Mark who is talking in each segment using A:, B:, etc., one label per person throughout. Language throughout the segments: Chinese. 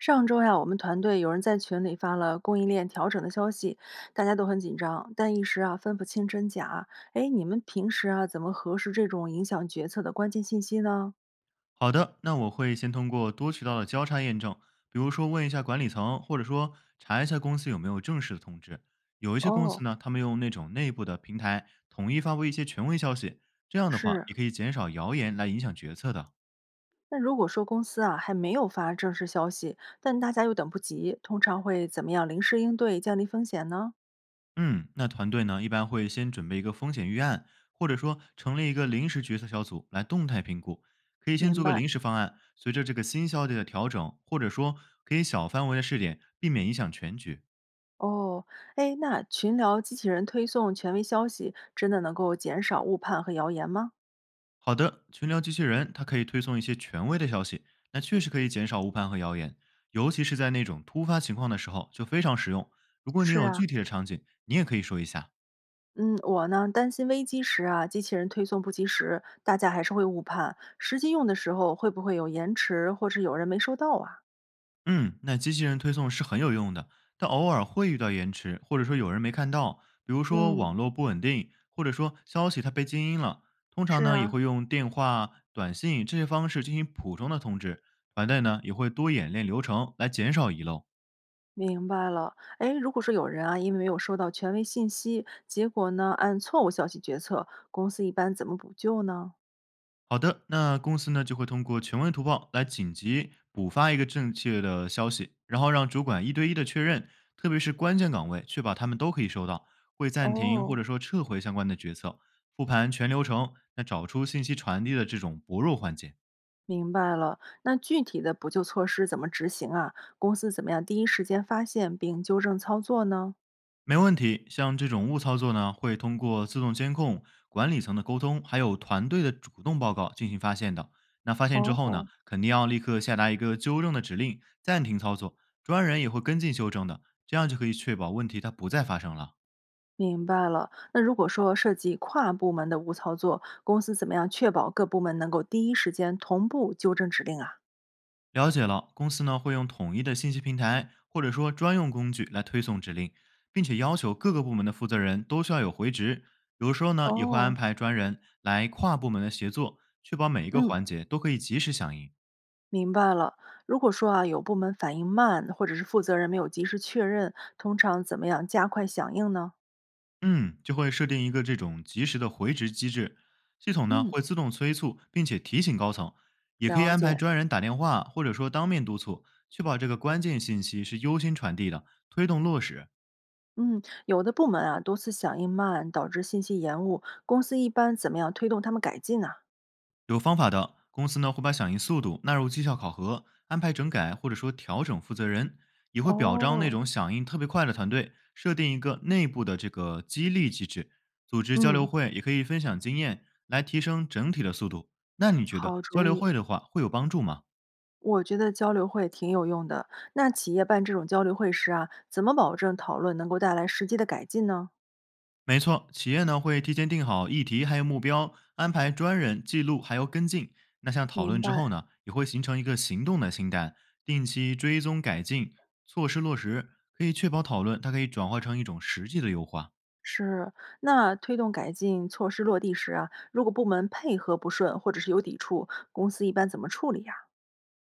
A: 上周呀，我们团队有人在群里发了供应链调整的消息，大家都很紧张，但一时啊分不清真假。哎，你们平时啊怎么核实这种影响决策的关键信息呢？
B: 好的，那我会先通过多渠道的交叉验证，比如说问一下管理层，或者说查一下公司有没有正式的通知。有一些公司
A: 哦，
B: 呢，他们用那种内部的平台统一发布一些权威消息，这样的话
A: 是。
B: 也可以减少谣言来影响决策的。
A: 那如果说公司啊还没有发正式消息，但大家又等不及，通常会怎么样临时应对，降低风险呢？
B: 嗯，那团队呢一般会先准备一个风险预案，或者说成立一个临时决策小组来动态评估，可以先
A: 明
B: 做个
A: 白。
B: 临时方案，随着这个新消息的调整，或者说可以小范围的试点，避免影响全局。
A: 哦，哎，那群聊机器人推送权威消息，真的能够减少误判和谣言吗？
B: 好的，群聊机器人它可以推送一些权威的消息，那确实可以减少误判和谣言，尤其是在那种突发情况的时候就非常实用。如果你
A: 是
B: 有
A: 啊，
B: 具体的场景，你也可以说一下。
A: 嗯，我呢担心危机时啊，机器人推送不及时，大家还是会误判，实际用的时候会不会有延迟，或者有人没收到啊？
B: 嗯，那机器人推送是很有用的，但偶尔会遇到延迟，或者说有人没看到，比如说
A: 嗯，
B: 网络不稳定，或者说消息它被静音了。通常
A: 是
B: 呢，也
A: 啊，
B: 会用电话、短信这些方式进行普通的通知。团队呢也会多演练流程来减少遗漏。
A: 明白了。哎，如果说有人啊，因为没有收到权威信息，结果呢按错误消息决策，公司一般怎么补救呢？
B: 好的，那公司呢就会通过权威图报来紧急补发一个正确的消息，然后让主管一对一的确认，特别是关键岗位，确保他们都可以收到，会暂停或
A: 哦，
B: 者说撤回相关的决策，复盘全流程，那找出信息传递的这种薄弱环节。
A: 明白了。那具体的补救措施怎么执行啊？公司怎么样第一时间发现并纠正操作呢？
B: 没问题，像这种误操作呢，会通过自动监控、管理层的沟通，还有团队的主动报告进行发现的。那发现之后
A: 哦，
B: 呢，肯定要立刻下达一个纠正的指令，暂停操作，专人也会跟进修正的，这样就可以确保问题它不再发生了。
A: 明白了。那如果说涉及跨部门的无操作，公司怎么样确保各部门能够第一时间同步纠正指令啊？
B: 了解了，公司呢会用统一的信息平台或者说专用工具来推送指令，并且要求各个部门的负责人都需要有回执。有时候呢，也会安
A: 哦，
B: 排专人来跨部门的协作，确保每一个
A: 嗯，
B: 环节都可以及时响应。
A: 明白了。如果说啊有部门反应慢，或者是负责人没有及时确认，通常怎么样加快响应呢？
B: 嗯，就会设定一个这种及时的回执机制，系统呢
A: 嗯，
B: 会自动催促并且提醒高层，也可以
A: 了
B: 安
A: 解。
B: 排专人打电话或者说当面督促，确保这个关键信息是优先传递的，推动落实。
A: 嗯，有的部门啊多次响应慢，导致信息延误，公司一般怎么样推动他们改进呢、
B: 有方法的，公司呢会把响应速度纳入绩效考核，安排整改或者说调整负责人，也会表彰那
A: 哦，
B: 种响应特别快的团队，设定一个内部的这个激励机制，组织交流
A: 嗯，
B: 会，也可以分享经验来提升整体的速度。那你觉得
A: 好
B: 交
A: 主
B: 流
A: 意。
B: 会的话会有帮助吗？
A: 我觉得交流会挺有用的。那企业办这种交流会时啊，怎么保证讨论能够带来实际的改进呢？
B: 没错，企业呢会提前定好议题还有目标，安排专人记录还有跟进。那像讨
A: 明
B: 论
A: 白，
B: 之后呢，也会形成一个行动的清单，定期追踪改进，措施落实，可以确保讨论它可以转化成一种实际的优化。
A: 是。那推动改进措施落地时啊，如果部门配合不顺或者是有抵触，公司一般怎么处理呀、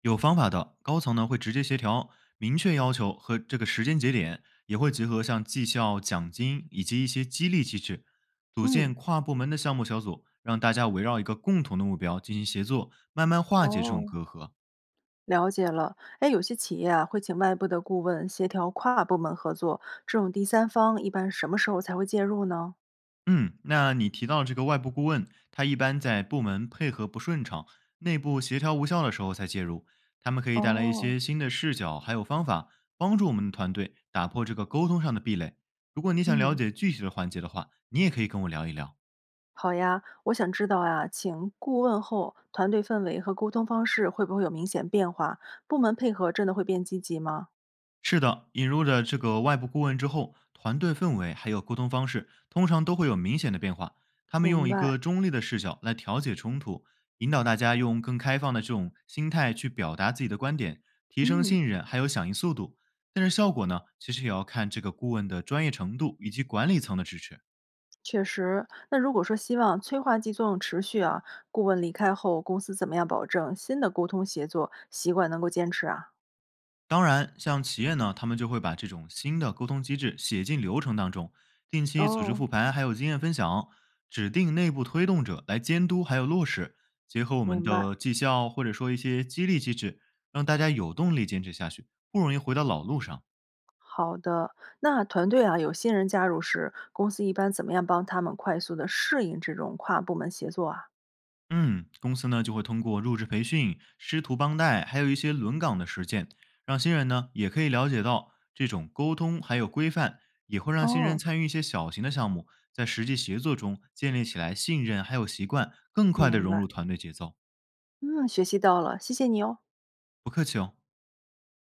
B: 有方法的高层呢会直接协调，明确要求和这个时间节点，也会结合像绩效奖金以及一些激励机制，组
A: 嗯，
B: 建跨部门的项目小组，让大家围绕一个共同的目标进行协作，慢慢化解这种
A: 哦，
B: 隔阂。
A: 了解了。哎，有些企业啊会请外部的顾问协调跨部门合作，这种第三方一般什么时候才会介入呢？
B: 嗯，那你提到这个外部顾问，他一般在部门配合不顺畅、内部协调无效的时候才介入，他们可以带来一
A: 哦，
B: 些新的视角还有方法，帮助我们的团队打破这个沟通上的壁垒。如果你想了
A: 嗯。
B: 解具体的环节的话，你也可以跟我聊一聊。
A: 好呀，我想知道呀，请顾问后，团队氛围和沟通方式会不会有明显变化？部门配合真的会变积极吗？
B: 是的，引入了这个外部顾问之后，团队氛围还有沟通方式通常都会有明显的变化。他们
A: 明
B: 用一
A: 白，
B: 个中立的视角来调解冲突，引导大家用更开放的这种心态去表达自己的观点，提升
A: 嗯，
B: 信任还有响应速度。但是效果呢，其实也要看这个顾问的专业程度以及管理层的支持。
A: 确实。那如果说希望催化剂作用持续啊，顾问离开后，公司怎么样保证新的沟通协作习惯能够坚持啊？
B: 当然，像企业呢，他们就会把这种新的沟通机制写进流程当中，定期组织
A: 哦，
B: 复盘，还有经验分享，指定内部推动者来监督还有落实，结合我们
A: 明白。
B: 的绩效或者说一些激励机制，让大家有动力坚持下去，不容易回到老路上。
A: 好的，那团队啊，有新人加入时，公司一般怎么样帮他们快速的适应这种跨部门协作啊？
B: 嗯，公司呢就会通过入职培训、师徒帮带，还有一些轮岗的实践，让新人呢也可以了解到这种沟通还有规范，也会让新人
A: 哦，
B: 参与一些小型的项目，在实际协作中建立起来信任还有习惯，更快的
A: 明
B: 融
A: 白。
B: 入团队节奏。
A: 嗯，学习到了，谢谢你哦。
B: 不客气哦。